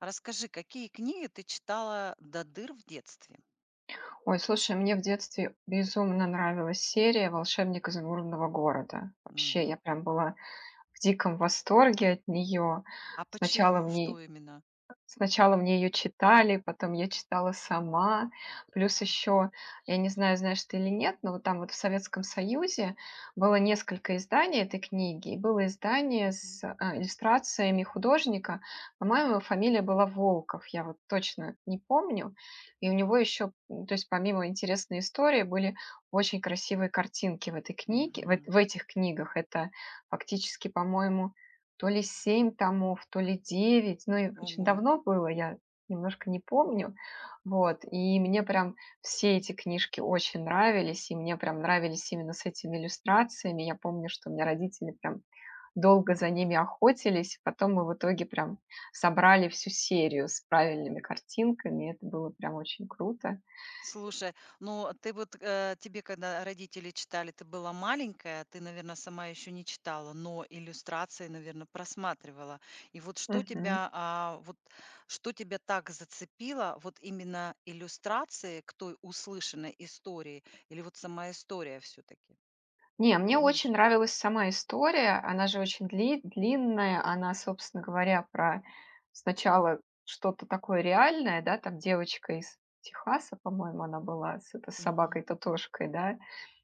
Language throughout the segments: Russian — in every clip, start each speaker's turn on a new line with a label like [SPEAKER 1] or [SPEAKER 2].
[SPEAKER 1] Расскажи, какие книги ты читала до дыр в детстве?
[SPEAKER 2] Ой, слушай, мне в детстве безумно нравилась серия "Волшебник изумрудного города". Вообще,
[SPEAKER 1] Мгм.
[SPEAKER 2] я прям была в диком восторге от нее.
[SPEAKER 1] А
[SPEAKER 2] Сначала
[SPEAKER 1] почему? Что
[SPEAKER 2] мне
[SPEAKER 1] именно?
[SPEAKER 2] Сначала мне ее читали, потом я читала сама. Плюс
[SPEAKER 1] Ага.
[SPEAKER 2] еще, я не знаю, знаешь ты или нет, но вот там вот в Советском Союзе было несколько изданий этой книги. И было издание
[SPEAKER 1] Мгм.
[SPEAKER 2] с иллюстрациями художника. По-моему, его фамилия была Волков, я вот точно не помню. И у него еще, то есть помимо интересной истории, были очень красивые картинки в этой книге, в, эт-
[SPEAKER 1] Мгм.
[SPEAKER 2] в этих книгах. Это фактически, по-моему, то ли 7 томов, то ли 9, ну, и очень
[SPEAKER 1] Ого.
[SPEAKER 2] давно было, я немножко не помню. Вот, и мне прям все эти книжки очень нравились, и мне прям нравились именно с этими иллюстрациями. Я помню, что у меня родители прям долго за ними
[SPEAKER 1] Ага.
[SPEAKER 2] охотились, потом мы в итоге прям собрали всю серию с правильными картинками, это было прям очень круто.
[SPEAKER 1] Слушай, ну тебе когда родители читали, ты была маленькая, ты, наверное, сама еще не читала, но иллюстрации, наверное, просматривала. И вот
[SPEAKER 2] Мгм.
[SPEAKER 1] что тебя так зацепило, вот именно иллюстрации к той услышанной истории или вот сама история все-таки?
[SPEAKER 2] Не, мне
[SPEAKER 1] Помнишь?
[SPEAKER 2] очень нравилась сама история. Она же очень длинная. Она, собственно говоря, про сначала что-то такое реальное, да, там девочка из Техаса, по-моему, она была с собакой татошкой, да,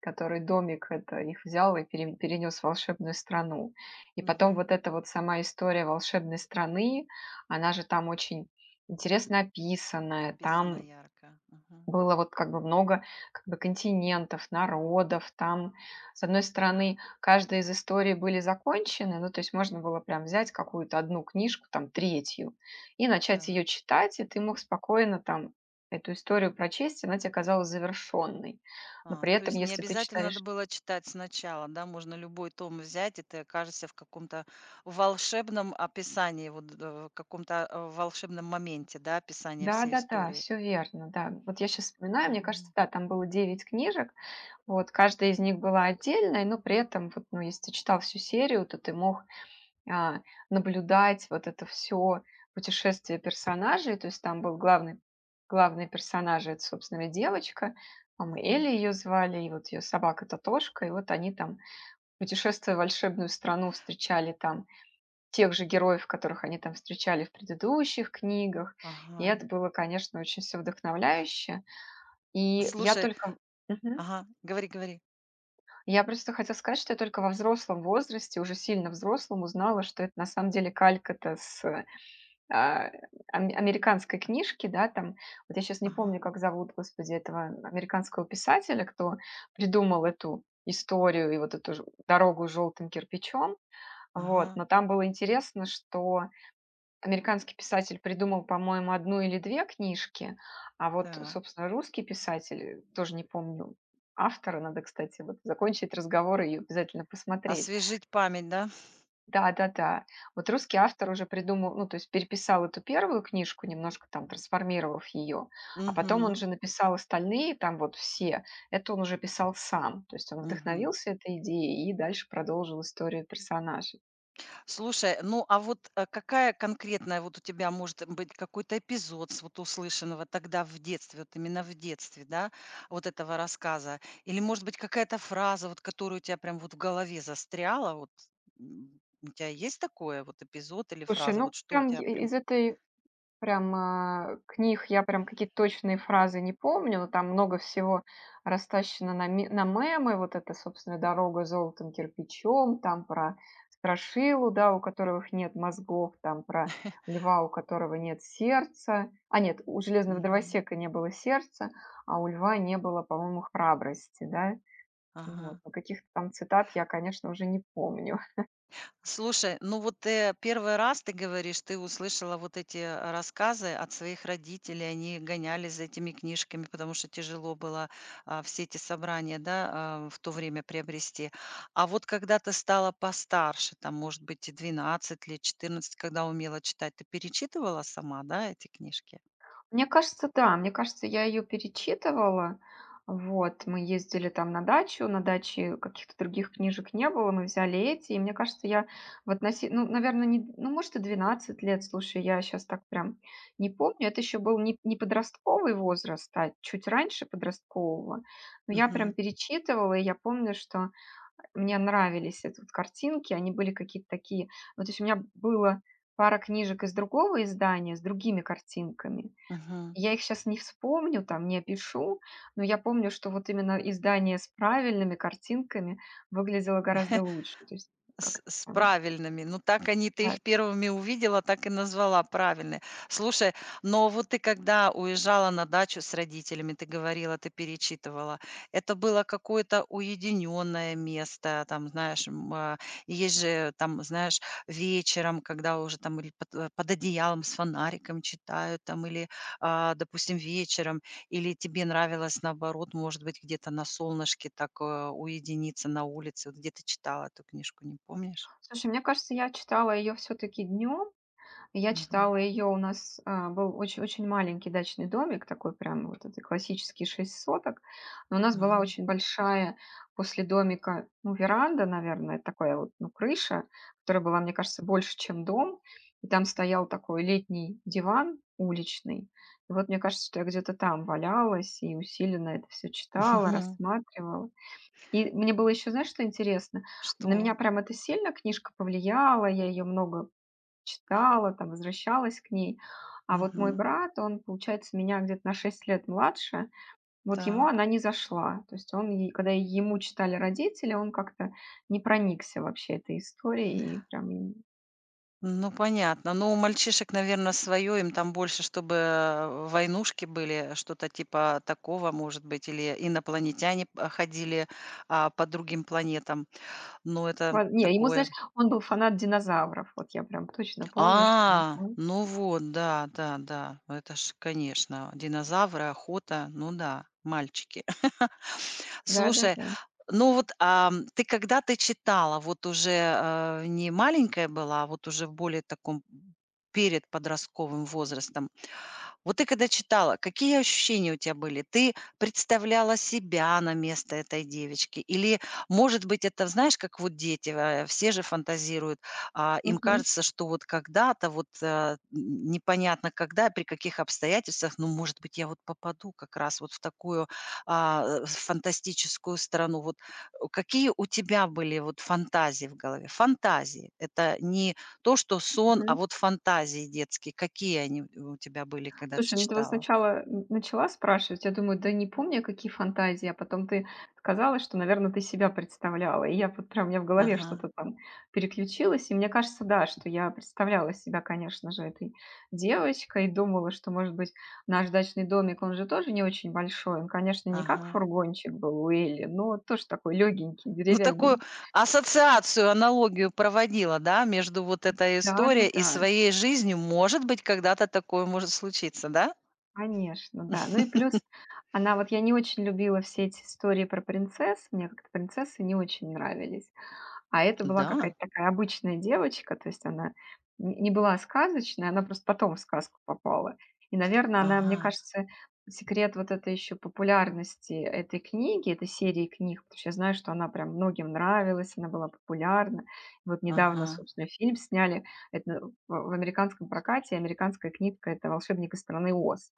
[SPEAKER 2] который домик это их взял и перенес в волшебную страну. И потом
[SPEAKER 1] Мгм.
[SPEAKER 2] вот эта вот сама история волшебной страны, она же там очень интересно описанная,
[SPEAKER 1] Описано
[SPEAKER 2] там
[SPEAKER 1] ярко. Мгм.
[SPEAKER 2] было вот как бы много как бы континентов, народов там. С одной стороны, каждая из историй были закончены, ну, то есть можно было прям взять какую-то одну книжку, там, третью, и начать
[SPEAKER 1] Так.
[SPEAKER 2] ее читать, и ты мог спокойно там эту историю прочесть, и она тебе казалась завершенной. Но
[SPEAKER 1] А,
[SPEAKER 2] при
[SPEAKER 1] то
[SPEAKER 2] этом,
[SPEAKER 1] есть не
[SPEAKER 2] если ты
[SPEAKER 1] обязательно надо
[SPEAKER 2] читаешь...
[SPEAKER 1] было читать сначала, да? Можно любой том взять, и ты окажешься в каком-то волшебном описании, в каком-то волшебном моменте, да, описания всей
[SPEAKER 2] Да-да-да,
[SPEAKER 1] истории.
[SPEAKER 2] все верно, да. Вот я сейчас вспоминаю, мне кажется,
[SPEAKER 1] Мгм.
[SPEAKER 2] да, там было 9 книжек, вот, каждая из них была отдельной, но при этом, вот, ну, если ты читал всю серию, то ты мог а, наблюдать вот это все путешествие персонажей. То есть там был главный персонаж, это, собственно, девочка, там Элли
[SPEAKER 1] Мгм.
[SPEAKER 2] ее звали, и вот ее собака Татошка, и вот они там, путешествуя в волшебную страну, встречали там тех же героев, которых они там встречали в предыдущих книгах. И
[SPEAKER 1] Ага.
[SPEAKER 2] это было, конечно, очень все вдохновляюще. И я
[SPEAKER 1] Слушай,
[SPEAKER 2] только... Мгм.
[SPEAKER 1] ага, говори, говори.
[SPEAKER 2] Я просто хотела сказать, что я только во взрослом возрасте, уже сильно взрослом, узнала, что это на самом деле калька-то с а, ам американской
[SPEAKER 1] А,
[SPEAKER 2] книжки, да, там, вот я сейчас не помню,
[SPEAKER 1] ага,
[SPEAKER 2] как зовут, господи, этого американского писателя, кто придумал эту историю и вот эту ж дорогу с желтым кирпичом. Вот,
[SPEAKER 1] ага,
[SPEAKER 2] но там было интересно, что американский писатель придумал, по-моему, одну или 2 книжки, а вот,
[SPEAKER 1] так.
[SPEAKER 2] собственно, русский писатель, тоже не помню автора, надо, кстати, вот закончить разговор и обязательно посмотреть.
[SPEAKER 1] Освежить память, да?
[SPEAKER 2] Да-да-да. Вот русский автор уже придумал, ну, то есть переписал эту первую книжку, немножко там трансформировав ее, а потом он
[SPEAKER 1] Угу.
[SPEAKER 2] же написал остальные, там вот все, это он уже писал сам. То есть он вдохновился этой идеей и дальше продолжил историю персонажей.
[SPEAKER 1] Слушай, ну а вот какая конкретная вот у тебя может быть какой-то эпизод с вот услышанного тогда в детстве, вот именно в детстве, да, вот этого рассказа? Или может быть какая-то фраза, вот которую у тебя прям вот в голове застряла, у тебя есть такое вот эпизод или
[SPEAKER 2] Слушай,
[SPEAKER 1] фраза,
[SPEAKER 2] ну,
[SPEAKER 1] вот что у
[SPEAKER 2] там
[SPEAKER 1] тебя
[SPEAKER 2] и
[SPEAKER 1] прям...
[SPEAKER 2] из этой прям, книг я прям какие-то точные фразы не помню, но там много всего растащено на мемы. Вот это, собственно, "Дорога золотым кирпичом", там про страшилу, да, у которых нет мозгов, там про льва, у которого нет сердца. А нет, у железного
[SPEAKER 1] Мгм.
[SPEAKER 2] дровосека не было сердца, а у льва не было, по-моему, храбрости, да. Вот,
[SPEAKER 1] Ага.
[SPEAKER 2] но каких-то там цитат я, конечно, уже не помню.
[SPEAKER 1] Слушай, ну вот первый раз, ты говоришь, ты услышала вот эти рассказы от своих родителей, они гонялись за этими книжками, потому что тяжело было, все эти собрания, да, в то время приобрести. А вот когда ты стала постарше, там, может быть, и 12 лет, 14, когда умела читать, ты перечитывала сама, да, эти книжки?
[SPEAKER 2] Мне кажется, да. Мне кажется, я ее перечитывала. Вот, мы ездили там на дачу, на даче каких-то других книжек не было, мы взяли эти. И мне кажется, я в относи ну, наверное, не, ну, может, и 12 лет. Слушай, я сейчас так прям не помню. Это еще был не подростковый возраст, а чуть раньше подросткового. Но я прям
[SPEAKER 1] Мгм.
[SPEAKER 2] перечитывала, и я помню, что мне нравились эти вот картинки. Они были какие-то такие. Вот то есть у меня было пара книжек из другого издания с другими картинками.
[SPEAKER 1] Мгм.
[SPEAKER 2] Я их сейчас не вспомню, там, не опишу, но я помню, что вот именно издание с правильными картинками выглядело гораздо лучше. То есть
[SPEAKER 1] С
[SPEAKER 2] как-то
[SPEAKER 1] с
[SPEAKER 2] прям,
[SPEAKER 1] правильными. Ну, так они ты
[SPEAKER 2] да.
[SPEAKER 1] их первыми увидела, так и назвала правильные. Слушай, но вот ты когда уезжала на дачу с родителями, ты говорила, ты перечитывала, это было какое-то уединенное место, там, знаешь, есть же там, знаешь, вечером, когда уже там или под одеялом с фонариком читают, там, или, допустим, вечером или тебе нравилось, наоборот, может быть, где-то на солнышке так, уединиться на улице? Вот где ты читала эту книжку, не помнишь?
[SPEAKER 2] Слушай, мне кажется, я читала ее все таки днем. Я
[SPEAKER 1] Мгм.
[SPEAKER 2] читала ее, у нас, был очень очень маленький дачный домик, такой прям вот это классический 6 соток, но у нас была
[SPEAKER 1] Мгм.
[SPEAKER 2] очень большая после домика, ну, веранда, наверное, такая вот, ну, крыша, которая была, мне кажется, больше, чем дом, и там стоял такой летний диван уличный. И вот мне кажется, что я где-то там валялась и усиленно это все читала, рассматривала. И мне было еще, знаешь, что интересно? На
[SPEAKER 1] Что?
[SPEAKER 2] меня прям эта сильно книжка повлияла, я ее много читала, там, возвращалась к ней. А вот мой
[SPEAKER 1] Мгм.
[SPEAKER 2] брат, он, получается, меня где-то на 6 лет младше, вот ему
[SPEAKER 1] Так.
[SPEAKER 2] она не зашла. То есть он, когда ему читали родители, он как-то не проникся вообще этой историей.
[SPEAKER 1] Ну, понятно. Ну, у мальчишек, наверное, свое, им там больше, чтобы, войнушки были, что-то типа такого, может быть, или инопланетяне, ходили, по другим планетам. Но это
[SPEAKER 2] Не, ему,
[SPEAKER 1] такое.
[SPEAKER 2] знаешь, он был фанат динозавров. Вот я прям точно помню, что...
[SPEAKER 1] А, ну вот, да, да, да. Ну, это ж, конечно, динозавры, охота. Ну да, мальчики. Слушай,
[SPEAKER 2] Да-да-да.
[SPEAKER 1] ну вот, ам, ты когда ты читала, вот уже, не маленькая была, а вот уже в более таком перед подростковым возрастом, вот ты когда читала, какие ощущения у тебя были? Ты представляла себя на место этой девочки? Или, может быть, это, знаешь, как вот дети, все же фантазируют, им
[SPEAKER 2] Мгм,
[SPEAKER 1] кажется, что вот когда-то, непонятно когда, при каких обстоятельствах, ну, может быть, я вот попаду как раз вот в такую фантастическую страну. Вот какие у тебя были вот фантазии в голове? Фантазии. Это не то, что сон, а
[SPEAKER 2] мгм.
[SPEAKER 1] вот фантазии детские, какие они у тебя были, когда ты
[SPEAKER 2] Слушай, ну ты вот
[SPEAKER 1] читала?
[SPEAKER 2] сначала н начала спрашивать, я думаю, да не помню какие фантазии, а потом ты сказала, что, наверное, ты себя представляла. И я вот прям, у меня в голове
[SPEAKER 1] Ага,
[SPEAKER 2] что-то там переключилось. И мне кажется, да, что я представляла себя, конечно же, этой девочкой и думала, что, может быть, наш дачный домик, он же тоже не очень большой. Он, конечно, не как
[SPEAKER 1] ага.
[SPEAKER 2] фургончик был у Элли, но тоже такой легенький,
[SPEAKER 1] Ну, такую
[SPEAKER 2] деревянненький.
[SPEAKER 1] ассоциацию, аналогию проводила, да, между вот этой историей и
[SPEAKER 2] Да-да-да.
[SPEAKER 1] своей жизнью. Может быть, когда-то такое может случиться, да?
[SPEAKER 2] Конечно, да. Ну и плюс она вот я не очень любила все эти истории про принцесс, мне как-то принцессы не очень нравились. А это была
[SPEAKER 1] Да.
[SPEAKER 2] какая-то такая обычная девочка, то есть она н не была сказочной, она просто потом в сказку попала. И, наверное, она, мне
[SPEAKER 1] Ага,
[SPEAKER 2] кажется, секрет вот этой еще популярности этой книги, этой серии книг, потому что я знаю, что она прям многим нравилась, она была популярна. Вот недавно,
[SPEAKER 1] ага.
[SPEAKER 2] собственно, фильм сняли, это в американском прокате, американская книжка — это "Волшебник из страны Оз".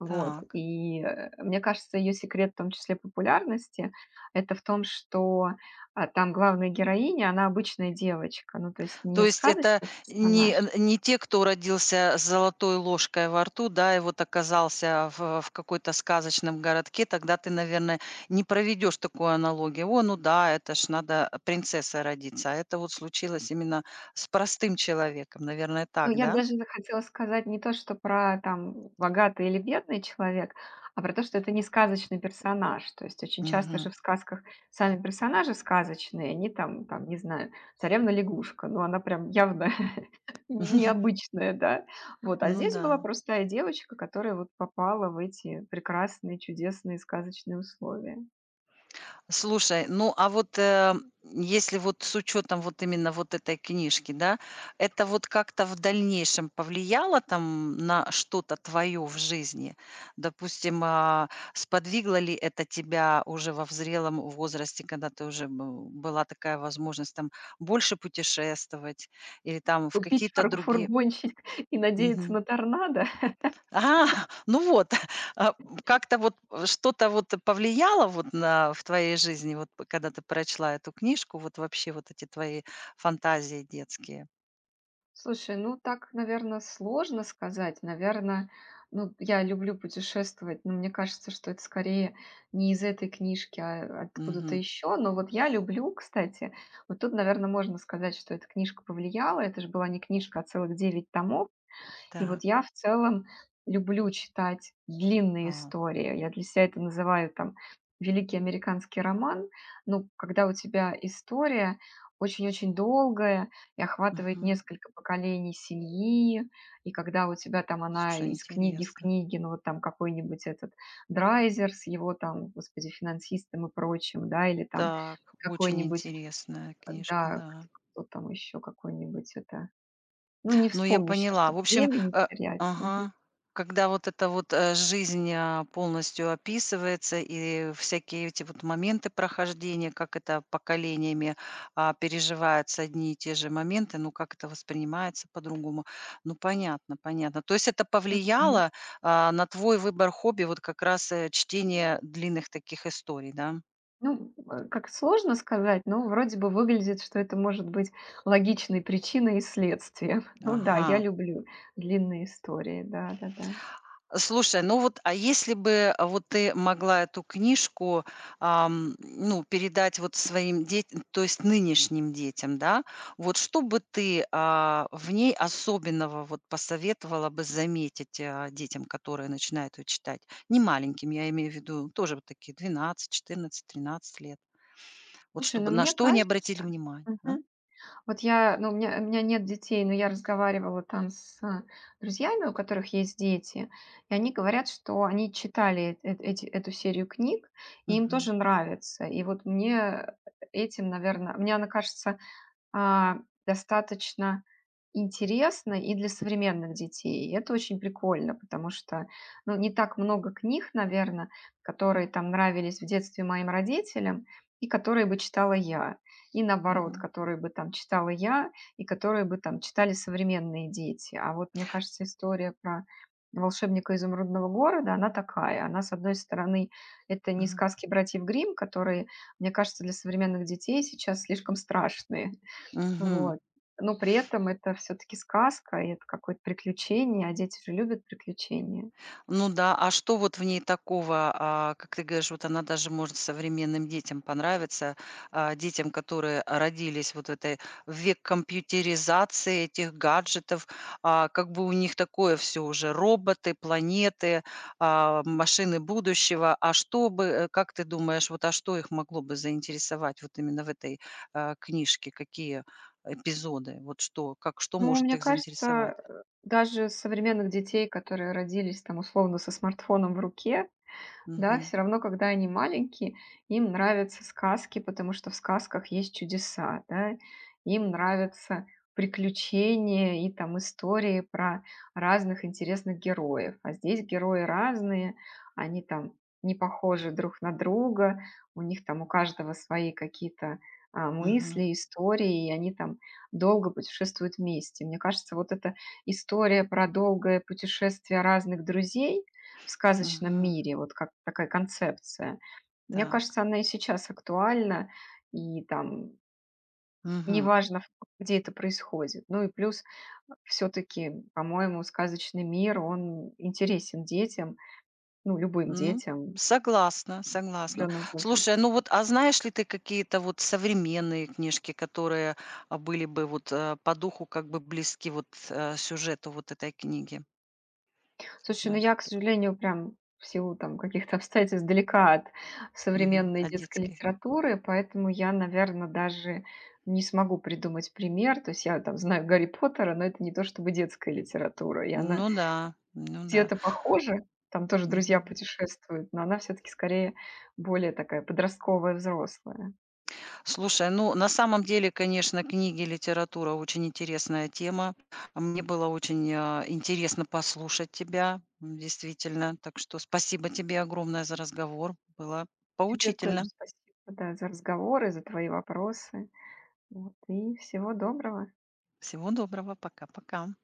[SPEAKER 2] Вот.
[SPEAKER 1] Так.
[SPEAKER 2] И, мне кажется, ее секрет, в том числе популярности, это в том, что, там главная героиня, она обычная девочка, ну, то есть
[SPEAKER 1] То
[SPEAKER 2] не
[SPEAKER 1] есть это
[SPEAKER 2] сказочный
[SPEAKER 1] не
[SPEAKER 2] персонаж.
[SPEAKER 1] э, не те, кто родился с золотой ложкой во рту, да, и вот оказался в какой-то сказочном городке, тогда ты, наверное, не проведешь такую аналогию. О, ну да, это ж надо принцессой родиться, а это вот случилось именно с простым человеком. Наверное,
[SPEAKER 2] Ну,
[SPEAKER 1] так,
[SPEAKER 2] я
[SPEAKER 1] да?
[SPEAKER 2] даже хотела сказать не то, что про там богатый или бедный человек, а про то, что это не сказочный персонаж. То есть очень часто же
[SPEAKER 1] Мгм.
[SPEAKER 2] в сказках сами персонажи сказочные, они там, не знаю, царевна-лягушка, ну, она прям явно не- необычная, да. Вот, а
[SPEAKER 1] Ну
[SPEAKER 2] здесь
[SPEAKER 1] да.
[SPEAKER 2] была простая девочка, которая вот попала в эти прекрасные, чудесные сказочные условия.
[SPEAKER 1] Слушай, ну, а вот, если вот с учетом вот именно вот этой книжки, да, это вот как-то в дальнейшем повлияло там на что-то твое в жизни? Допустим, сподвигло ли это тебя уже во взрелом возрасте, когда ты уже была такая возможность там больше путешествовать или там в
[SPEAKER 2] Купить
[SPEAKER 1] какие-то
[SPEAKER 2] фар-
[SPEAKER 1] другие?
[SPEAKER 2] фургончик и надеяться на торнадо.
[SPEAKER 1] А, ну вот, как-то вот, что-то вот повлияло вот на в твоей жизни, вот п когда ты прочла эту книжку, вот вообще вот эти твои фантазии детские?
[SPEAKER 2] Слушай, ну так, наверное, сложно сказать. Наверное, ну, я люблю путешествовать, но мне кажется, что это скорее не из этой книжки, а откуда-то
[SPEAKER 1] Мгм.
[SPEAKER 2] еще. Но вот я люблю, кстати, вот тут, наверное, можно сказать, что эта книжка повлияла. Это же была не книжка, а целых 9 томов. И вот
[SPEAKER 1] Так,
[SPEAKER 2] я в целом люблю читать длинные
[SPEAKER 1] а,
[SPEAKER 2] истории. Я для себя это называю там великий американский роман. Ну, когда у тебя история очень-очень долгая и охватывает
[SPEAKER 1] мгм.
[SPEAKER 2] несколько поколений семьи, и когда у тебя там она
[SPEAKER 1] Слушай,
[SPEAKER 2] из книги в
[SPEAKER 1] интересно.
[SPEAKER 2] книге, ну вот там какой-нибудь этот Драйзер с его там, господи, финансистом и прочим, да, или там
[SPEAKER 1] Так, очень
[SPEAKER 2] какой-нибудь,
[SPEAKER 1] интересная книжка,
[SPEAKER 2] да,
[SPEAKER 1] да.
[SPEAKER 2] кто там еще какой-нибудь это, ну не
[SPEAKER 1] Ну, я
[SPEAKER 2] вспомню сейчас,
[SPEAKER 1] поняла.
[SPEAKER 2] чтобы
[SPEAKER 1] В общем,
[SPEAKER 2] времени не терять. Мгм.
[SPEAKER 1] ага. Когда вот эта вот, жизнь, полностью описывается и всякие эти вот моменты прохождения, как это поколениями, переживаются одни и те же моменты, ну, как это воспринимается по-другому. Ну, понятно, понятно. То есть это
[SPEAKER 2] Мгм.
[SPEAKER 1] повлияло, на твой выбор хобби, вот как раз, чтение длинных таких историй, да?
[SPEAKER 2] Ну, как сложно сказать, но вроде бы выглядит, что это может быть логичной причиной и следствием. Ну да, я
[SPEAKER 1] Ага.
[SPEAKER 2] люблю длинные истории, да-да-да.
[SPEAKER 1] Слушай, ну вот, а если бы вот ты могла эту книжку, ну, передать вот своим детям, то есть нынешним детям, да, вот что бы ты, в ней особенного вот посоветовала бы заметить, детям, которые начинают ее читать? Не маленьким, я имею в виду, тоже вот такие 12, 14, 13 лет. Вот
[SPEAKER 2] Слушай, ну
[SPEAKER 1] чтобы на
[SPEAKER 2] мне
[SPEAKER 1] что они обратили
[SPEAKER 2] кажется.
[SPEAKER 1] внимание, а?
[SPEAKER 2] Мгм. Вот я, ну, у меня нет детей, но я разговаривала там с друзьями, у которых есть дети, и они говорят, что они читали эту серию книг, и им
[SPEAKER 1] Мгм,
[SPEAKER 2] тоже нравится. И вот мне этим, наверное, мне она кажется, А, достаточно интересно и для современных детей. И это очень прикольно, потому что, ну, не так много книг, наверное, которые там нравились в детстве моим родителям и которые бы читала я. И наоборот,
[SPEAKER 1] мгм,
[SPEAKER 2] которые бы там читала я и которые бы там читали современные дети. А вот, мне кажется, история про "Волшебника изумрудного города", она такая. Она, с одной стороны, это не
[SPEAKER 1] мгм,
[SPEAKER 2] сказки братьев Гримм, которые, мне кажется, для современных детей сейчас слишком страшные.
[SPEAKER 1] мгм.
[SPEAKER 2] Вот. Но при этом это все таки сказка, и это какое-то приключение, а дети же любят приключения.
[SPEAKER 1] Ну да, а что вот в ней такого, как ты говоришь, вот она даже может современным детям понравиться, детям, которые родились вот в век компьютеризации, этих гаджетов, как бы у них такое все уже: роботы, планеты, машины будущего. А что бы, как ты думаешь, вот, а что их могло бы заинтересовать вот именно в этой, книжке? Какие эпизоды? Вот что, как, что
[SPEAKER 2] Ну,
[SPEAKER 1] может
[SPEAKER 2] мне
[SPEAKER 1] их
[SPEAKER 2] кажется,
[SPEAKER 1] заинтересовать?
[SPEAKER 2] даже современных детей, которые родились там условно со смартфоном в руке, да,
[SPEAKER 1] Мгм,
[SPEAKER 2] все равно, когда они маленькие, им нравятся сказки, потому что в сказках есть чудеса, да. Им нравятся приключения и там истории про разных интересных героев. А здесь герои разные, они там не похожи друг на друга, у них там у каждого свои какие-то,
[SPEAKER 1] мгм,
[SPEAKER 2] мысли, истории, и они там долго путешествуют вместе. Мне кажется, вот эта история про долгое путешествие разных друзей, в сказочном
[SPEAKER 1] мгм.
[SPEAKER 2] мире, вот как такая концепция. Мне
[SPEAKER 1] Так.
[SPEAKER 2] кажется, она и сейчас актуальна, и там
[SPEAKER 1] Мгм.
[SPEAKER 2] неважно, где это происходит. Ну и плюс все-таки, по-моему, сказочный мир, он интересен детям, ну, любым
[SPEAKER 1] Ну,
[SPEAKER 2] детям
[SPEAKER 1] согласна,
[SPEAKER 2] в
[SPEAKER 1] согласна.
[SPEAKER 2] определенном
[SPEAKER 1] Слушай, ну
[SPEAKER 2] возрасте.
[SPEAKER 1] вот, а знаешь ли ты какие-то вот современные книжки, которые, были бы вот, по духу как бы близки вот, сюжету вот этой книги?
[SPEAKER 2] Слушай, ну
[SPEAKER 1] Знаешь
[SPEAKER 2] я, к
[SPEAKER 1] такие?
[SPEAKER 2] сожалению, прям в силу там каких-то обстоятельств далека от
[SPEAKER 1] Мгм.
[SPEAKER 2] современной
[SPEAKER 1] А
[SPEAKER 2] детской
[SPEAKER 1] детские?
[SPEAKER 2] литературы, поэтому я, наверное, даже не смогу придумать пример. То есть я там знаю Гарри Поттера, но это не то чтобы детская литература, и она
[SPEAKER 1] Ну да, ну да.
[SPEAKER 2] где-то похожа, там тоже друзья
[SPEAKER 1] Мгм.
[SPEAKER 2] путешествуют, но она все-таки скорее более такая подростковая, взрослая.
[SPEAKER 1] Слушай, ну, на самом деле, конечно, книги, литература- очень интересная тема. А мне было очень, интересно послушать тебя, действительно. Так что спасибо тебе огромное за разговор. Было
[SPEAKER 2] Тебе тоже
[SPEAKER 1] поучительно.
[SPEAKER 2] спасибо, да, за разговоры, за твои вопросы. Вот, и всего доброго.
[SPEAKER 1] Всего доброго. Пока-пока.